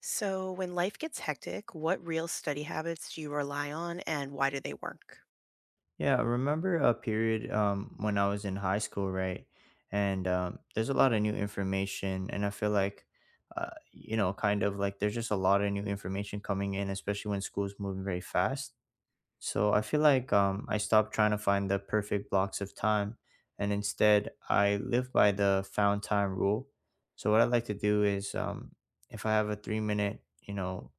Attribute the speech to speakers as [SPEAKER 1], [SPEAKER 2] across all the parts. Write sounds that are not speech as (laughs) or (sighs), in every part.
[SPEAKER 1] So, when life gets hectic, what real study habits do you rely on and why do they work?
[SPEAKER 2] Yeah, I remember a period when I was in high school, right? And there's a lot of new information, and I feel like, you know, kind of like there's just a lot of new information coming in, especially when school's moving very fast. So I feel like I stopped trying to find the perfect blocks of time, and instead I live by the found time rule. So what I like to do is, if I have a 3 minute,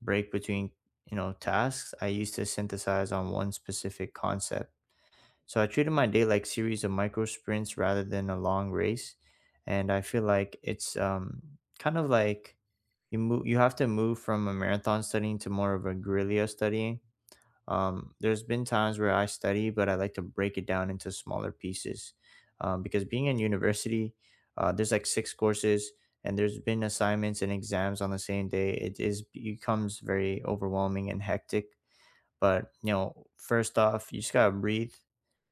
[SPEAKER 2] break between, tasks, I used to synthesize on one specific concept, so I treated my day like series of micro sprints rather than a long race. And I feel like it's kind of like you move. You have to move from a marathon studying to more of a guerrilla studying. There's been times where I study, but I like to break it down into smaller pieces, because being in university, there's like six courses, and there's been assignments and exams on the same day. It is becomes very overwhelming and hectic. But you know, first off, you just gotta breathe,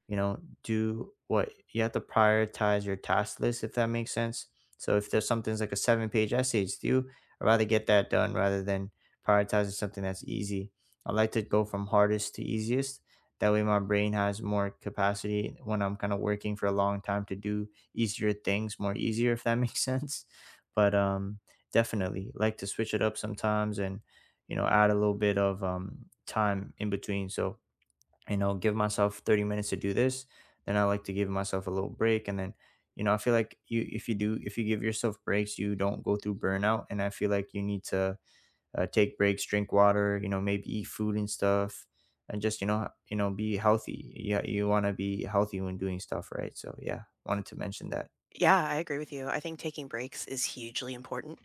[SPEAKER 2] you know, do what you have to, prioritize your task list, if that makes sense. So if there's something's like a seven-page essay it's due, I'd rather get that done rather than prioritizing something that's easy. I like to go from hardest to easiest. That way my brain has more capacity when I'm kind of working for a long time to do easier things more easier, if that makes (laughs) sense. But Definitely like to switch it up sometimes and, you know, add a little bit of time in between. So, you know, give myself 30 minutes to do this, then I like to give myself a little break. And then, you know, I feel like you, if you do, if you give yourself breaks, you don't go through burnout. And I feel like you need to take breaks, drink water, you know, maybe eat food and stuff, and just, you know, you know, be healthy. Yeah. You want to be healthy when doing stuff. Right. So yeah, wanted to mention that.
[SPEAKER 1] Yeah, I agree with you. I think taking breaks is hugely important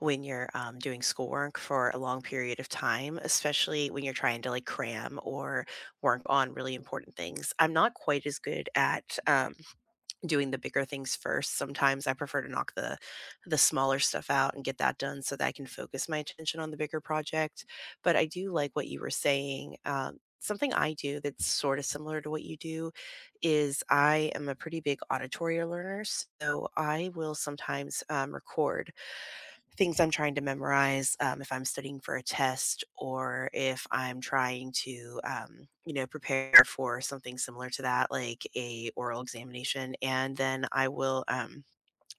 [SPEAKER 1] when you're doing schoolwork for a long period of time, especially when you're trying to like cram or work on really important things. I'm not quite as good at doing the bigger things first. Sometimes I prefer to knock the smaller stuff out and get that done so that I can focus my attention on the bigger project. But I do like what you were saying. Something I do that's sort of similar to what you do is I am a pretty big auditory learner. So I will sometimes record things I'm trying to memorize, if I'm studying for a test or if I'm trying to, you know, prepare for something similar to that, like a oral examination. And then I will,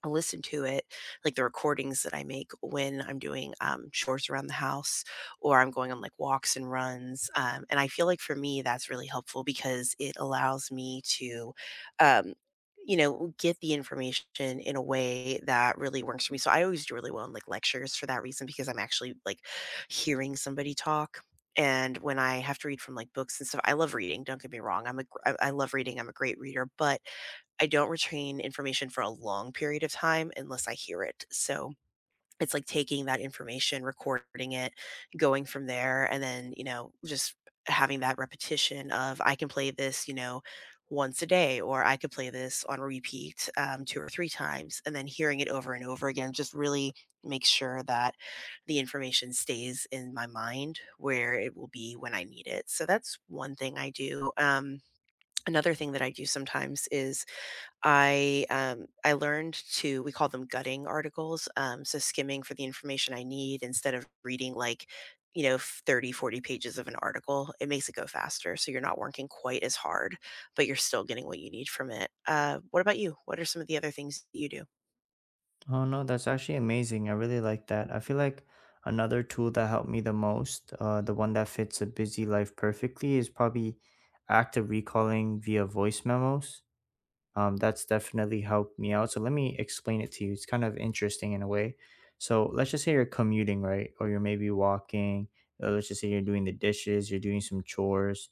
[SPEAKER 1] I'll listen to it, like the recordings that I make when I'm doing chores around the house or I'm going on like walks and runs. And I feel like for me, that's really helpful because it allows me to, um, you know, get the information in a way that really works for me. So I always do really well in like lectures for that reason because I'm actually like hearing somebody talk. And when I have to read from like books and stuff, I love reading. Don't get me wrong. I love reading. I'm a great reader, but I don't retain information for a long period of time unless I hear it. So it's like taking that information, recording it, going from there, and then, you know, just having that repetition of I can play this, you know, once a day, or I could play this on repeat two or three times, and then hearing it over and over again just really makes sure that the information stays in my mind where it will be when I need it. So that's one thing I do. Another thing that I do sometimes is I learned to we call them gutting articles, so skimming for the information I need instead of reading like, 30, 40 pages of an article. It makes it go faster, so you're not working quite as hard, but you're still getting what you need from it. What about you? What are some of the other things that you do?
[SPEAKER 2] Oh no, that's actually amazing. I really like that. I feel like another tool that helped me the most, the one that fits a busy life perfectly, is probably active recalling via voice memos. That's definitely helped me out. So let me explain it to you. It's kind of interesting in a way. So let's just say you're commuting, right? Or you're maybe walking. Or let's just say you're doing the dishes, you're doing some chores.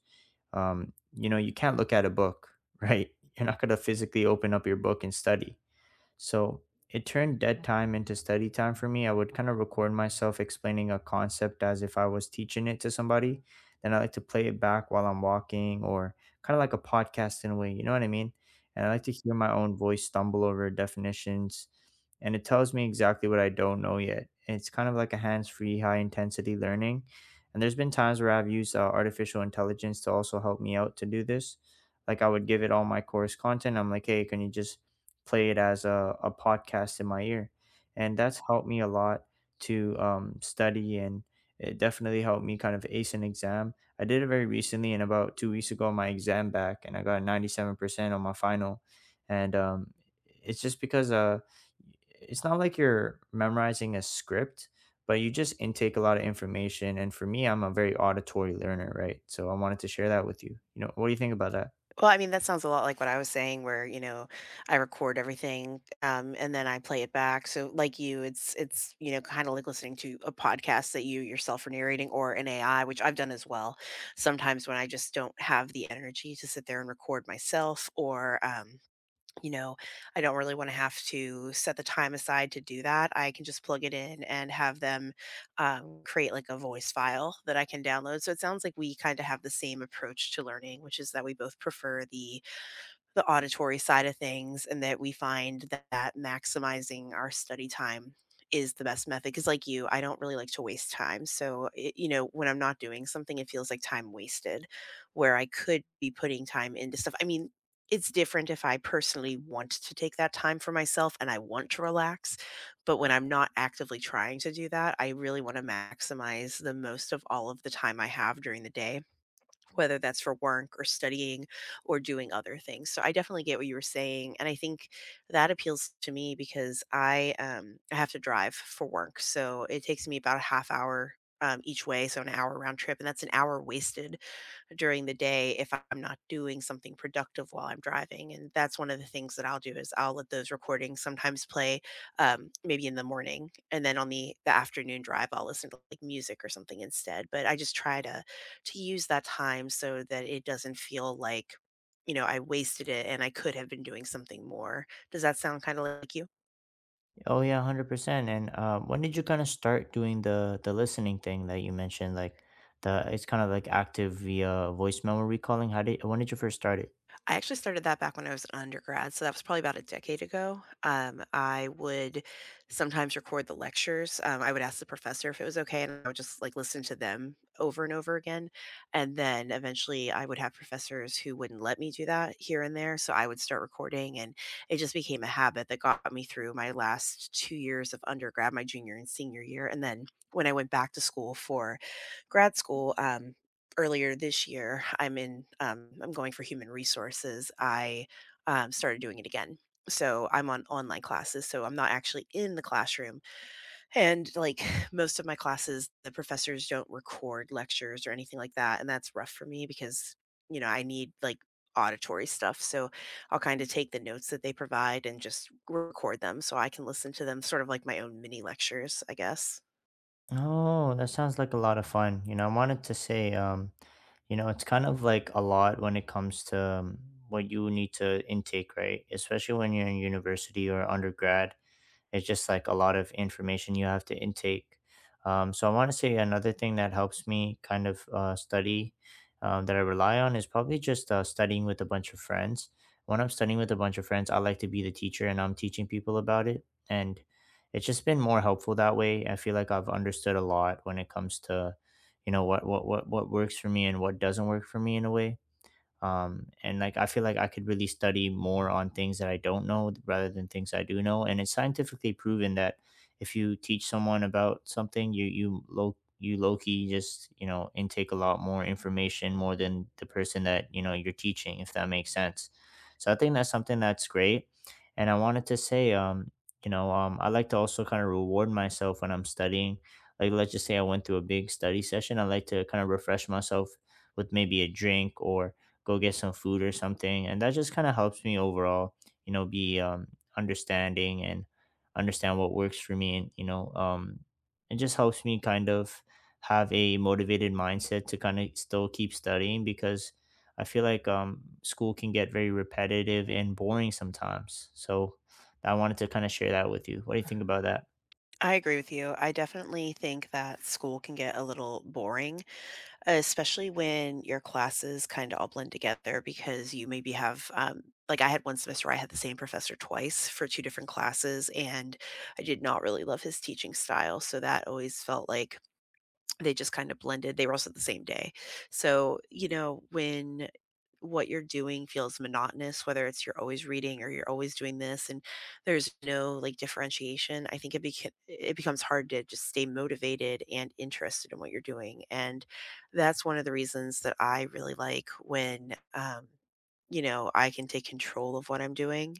[SPEAKER 2] You know, you can't look at a book, (laughs) right? You're not gonna physically open up your book and study, so it turned dead time into study time for me. I would kind of record myself explaining a concept as if I was teaching it to somebody. Then I like to play it back while I'm walking, or kind of like a podcast in a way, you know what I mean? And I like to hear my own voice stumble over definitions, and it tells me exactly what I don't know yet. It's kind of like a hands free, high intensity learning. And there's been times where I've used artificial intelligence to also help me out to do this. Like I would give it all my course content. I'm like, hey, can you just play it as a podcast in my ear. And that's helped me a lot to study, and it definitely helped me kind of ace an exam. I did it very recently, and about 2 weeks ago, my exam back and I got 97% on my final. And It's just because it's not like you're memorizing a script, but you just intake a lot of information. And for me, I'm a very auditory learner, right? So I wanted to share that with you. You know, what do you think about that?
[SPEAKER 1] Well, I mean, that sounds a lot like what I was saying where, you know, I record everything, and then I play it back. So like you, you know, kind of like listening to a podcast that you yourself are narrating or an AI, which I've done as well. Sometimes when I just don't have the energy to sit there and record myself or you know, I don't really wanna have to set the time aside to do that. I can just plug it in and have them, create, like, a voice file that I can download, so it sounds like we kinda have the same approach to learning, which is that we both prefer the auditory side of things and that we find that maximizing our study time is the best method because like you, I don't really like to waste time. So it, you know, when I'm not doing something, it feels like time wasted where I could be putting time into stuff. I mean, it's different if I personally want to take that time for myself and I want to relax, but when I'm not actively trying to do that, I really want to maximize the most of all of the time I have during the day, whether that's for work or studying or doing other things. So I definitely get what you were saying. And I think that appeals to me because I have to drive for work. So it takes me about a half hour each way. So an hour round trip. And that's an hour wasted during the day if I'm not doing something productive while I'm driving. And that's one of the things that I'll do is I'll let those recordings sometimes play maybe in the morning. And then on the afternoon drive, I'll listen to like music or something instead. But I just try to use that time so that it doesn't feel like, you know, I wasted it and I could have been doing something more. Does that sound kind of like you?
[SPEAKER 2] Oh yeah, 100%. And when did you kind of start doing the listening thing that you mentioned, like the it's kind of like active via voice memo recalling? How did When did you first start it?
[SPEAKER 1] I actually started that back when I was an undergrad, so that was probably about a decade ago. I would sometimes record the lectures. I would ask the professor if it was okay, and I would just like listen to them over and over again. And then eventually, I would have professors who wouldn't let me do that here and there, so I would start recording, and it just became a habit that got me through my last 2 years of undergrad, my junior and senior year, and then when I went back to school for grad school. Earlier this year, I'm going for human resources. I started doing it again. So I'm on online classes. So I'm not actually in the classroom. And like (sighs) most of my classes, the professors don't record lectures or anything like that. And that's rough for me because, you know, I need like auditory stuff. So I'll kind of take the notes that they provide and just record them so I can listen to them sort of like my own mini lectures, I guess.
[SPEAKER 2] Oh, that sounds like a lot of fun. You know, I wanted to say you know, it's kind of like a lot when it comes to what you need to intake, right? Especially when you're in university or undergrad. It's just like a lot of information you have to intake. So I want to say another thing that helps me kind of study, that I rely on is probably just studying with a bunch of friends. When I'm studying with a bunch of friends, I like to be the teacher and I'm teaching people about it. And it's just been more helpful that way. I feel like I've understood a lot when it comes to, you know, what works for me and what doesn't work for me in a way. And like I feel like I could really study more on things that I don't know rather than things I do know. And it's scientifically proven that if you teach someone about something, you low key just, you know, intake a lot more information more than the person that, you know, you're teaching, if that makes sense. So I think that's something that's great. And I wanted to say you know, I like to also kind of reward myself when I'm studying. Like let's just say I went through a big study session, I like to kind of refresh myself with maybe a drink or go get some food or something, and that just kind of helps me overall, you know, be understanding and understand what works for me. And you know, it just helps me kind of have a motivated mindset to kind of still keep studying, because I feel like school can get very repetitive and boring sometimes. So I wanted to kind of share that with you. What do you think about that?
[SPEAKER 1] I agree with you. I definitely think that school can get a little boring, especially when your classes kind of all blend together because you maybe have, like, I had one semester where I had the same professor twice for two different classes and I did not really love his teaching style, so that always felt like they just kind of blended. They were also the same day. So, you know, when what you're doing feels monotonous, whether it's you're always reading or you're always doing this and there's no like differentiation, I think it becomes hard to just stay motivated and interested in what you're doing. And that's one of the reasons that I really like when you know, I can take control of what I'm doing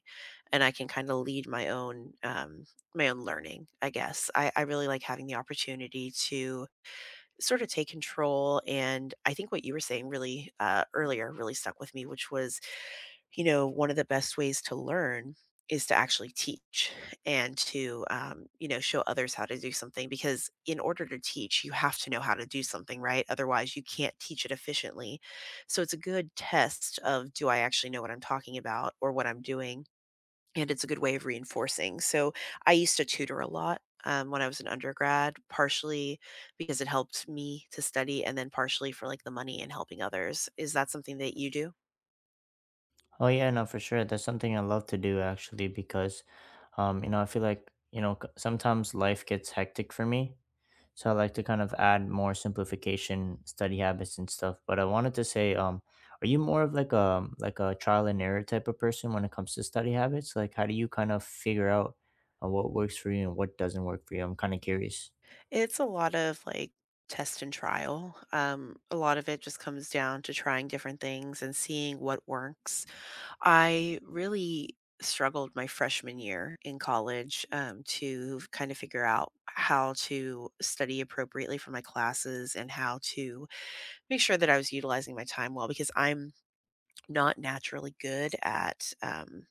[SPEAKER 1] and I can kind of lead my own learning, I guess. I really like having the opportunity to sort of take control, and I think what you were saying really earlier really stuck with me, which was, you know, one of the best ways to learn is to actually teach and to you know, show others how to do something, because in order to teach you have to know how to do something, right? Otherwise you can't teach it efficiently. So it's a good test of do I actually know what I'm talking about or what I'm doing, and it's a good way of reinforcing. So I used to tutor a lot when I was an undergrad, partially because it helped me to study, and then partially for like the money and helping others. Is that something that you do?
[SPEAKER 2] Oh yeah, no, for sure. That's something I love to do actually, because you know, I feel like, you know, sometimes life gets hectic for me. So I like to kind of add more simplification study habits and stuff. But I wanted to say, are you more of like a trial and error type of person when it comes to study habits? Like, how do you kind of figure out what works for you and what doesn't work for you? I'm kind of curious.
[SPEAKER 1] It's a lot of like test and trial. A lot of it just comes down to trying different things and seeing what works. I really struggled my freshman year in college to kind of figure out how to study appropriately for my classes and how to make sure that I was utilizing my time well because I'm not naturally good at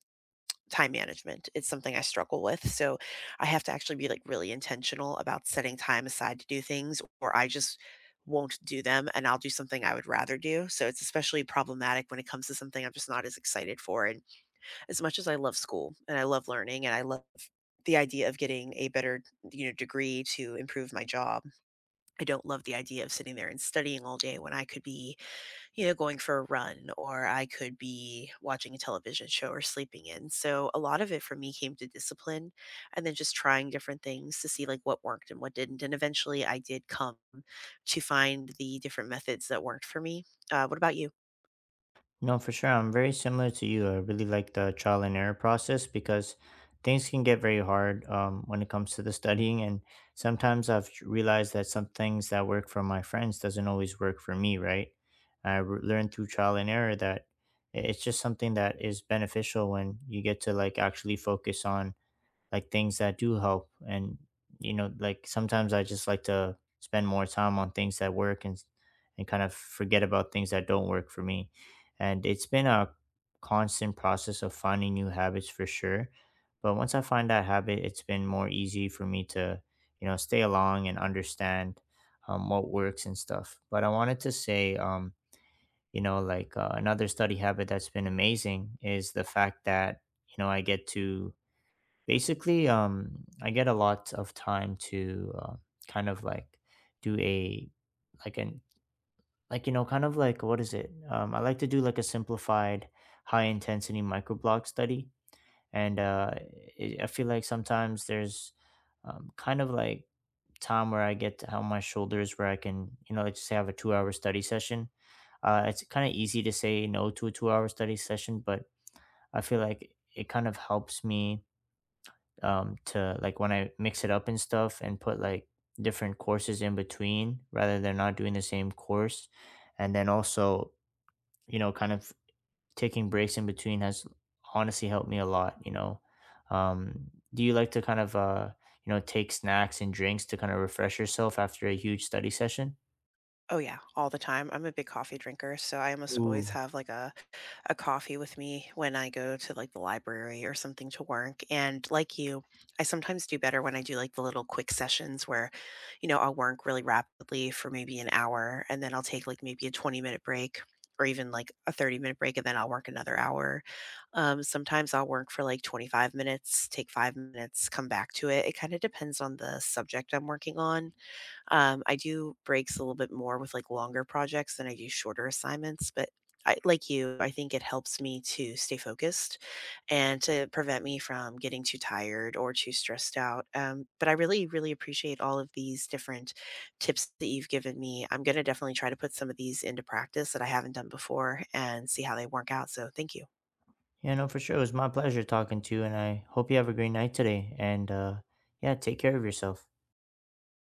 [SPEAKER 1] time management. It's something I struggle with. So I have to actually be like really intentional about setting time aside to do things, or I just won't do them and I'll do something I would rather do. So it's especially problematic when it comes to something I'm just not as excited for. And as much as I love school and I love learning and I love the idea of getting a better, you know, degree to improve my job, I don't love the idea of sitting there and studying all day when I could be, you know, going for a run, or I could be watching a television show or sleeping in. So a lot of it for me came to discipline, and then just trying different things to see like what worked and what didn't. And eventually I did come to find the different methods that worked for me. What about you?
[SPEAKER 2] No, for sure. I'm very similar to you. I really like the trial and error process, because things can get very hard when it comes to the studying. And sometimes I've realized that some things that work for my friends doesn't always work for me, right? I learned through trial and error that it's just something that is beneficial when you get to like actually focus on like things that do help. And you know, like sometimes I just like to spend more time on things that work, and kind of forget about things that don't work for me. And it's been a constant process of finding new habits, for sure. But once I find that habit, it's been more easy for me to, you know, stay along and understand what works and stuff. But I wanted to say you know, like another study habit that's been amazing is the fact that, you know, I get to basically, I get a lot of time to kind of like do a like an like you know kind of like what is it? I like to do like a simplified high intensity microblog study, and I feel like sometimes there's um, kind of like time where I get to on my shoulders where I can, you know, like just have a 2 hour study session. It's kind of easy to say no to a 2 hour study session, but I feel like it kind of helps me to like when I mix it up and stuff and put like different courses in between rather than not doing the same course. And then also, you know, kind of taking breaks in between has honestly helped me a lot, you know. Do you like to kind of, you know, take snacks and drinks to kind of refresh yourself after a huge study session?
[SPEAKER 1] Oh yeah, all the time. I'm a big coffee drinker, so I almost always
[SPEAKER 2] Ooh.
[SPEAKER 1] have like a coffee with me when I go to like the library or something to work. And like you, I sometimes do better when I do like the little quick sessions where, you know, I'll work really rapidly for maybe an hour and then I'll take like maybe a 20-minute minute break or even like a 30-minute minute break and then I'll work another hour. Sometimes I'll work for like 25 minutes, take 5 minutes, come back to it. It kind of depends on the subject I'm working on. I do breaks a little bit more with like longer projects than I do shorter assignments, but I, like you, I think it helps me to stay focused and to prevent me from getting too tired or too stressed out. But I really, really appreciate all of these different tips that you've given me. I'm going to definitely try to put some of these into practice that I haven't done before and see how they work out. So thank you.
[SPEAKER 2] Yeah, no, for sure. It was my pleasure talking to you, and I hope you have a great night today. And yeah, take care of yourself.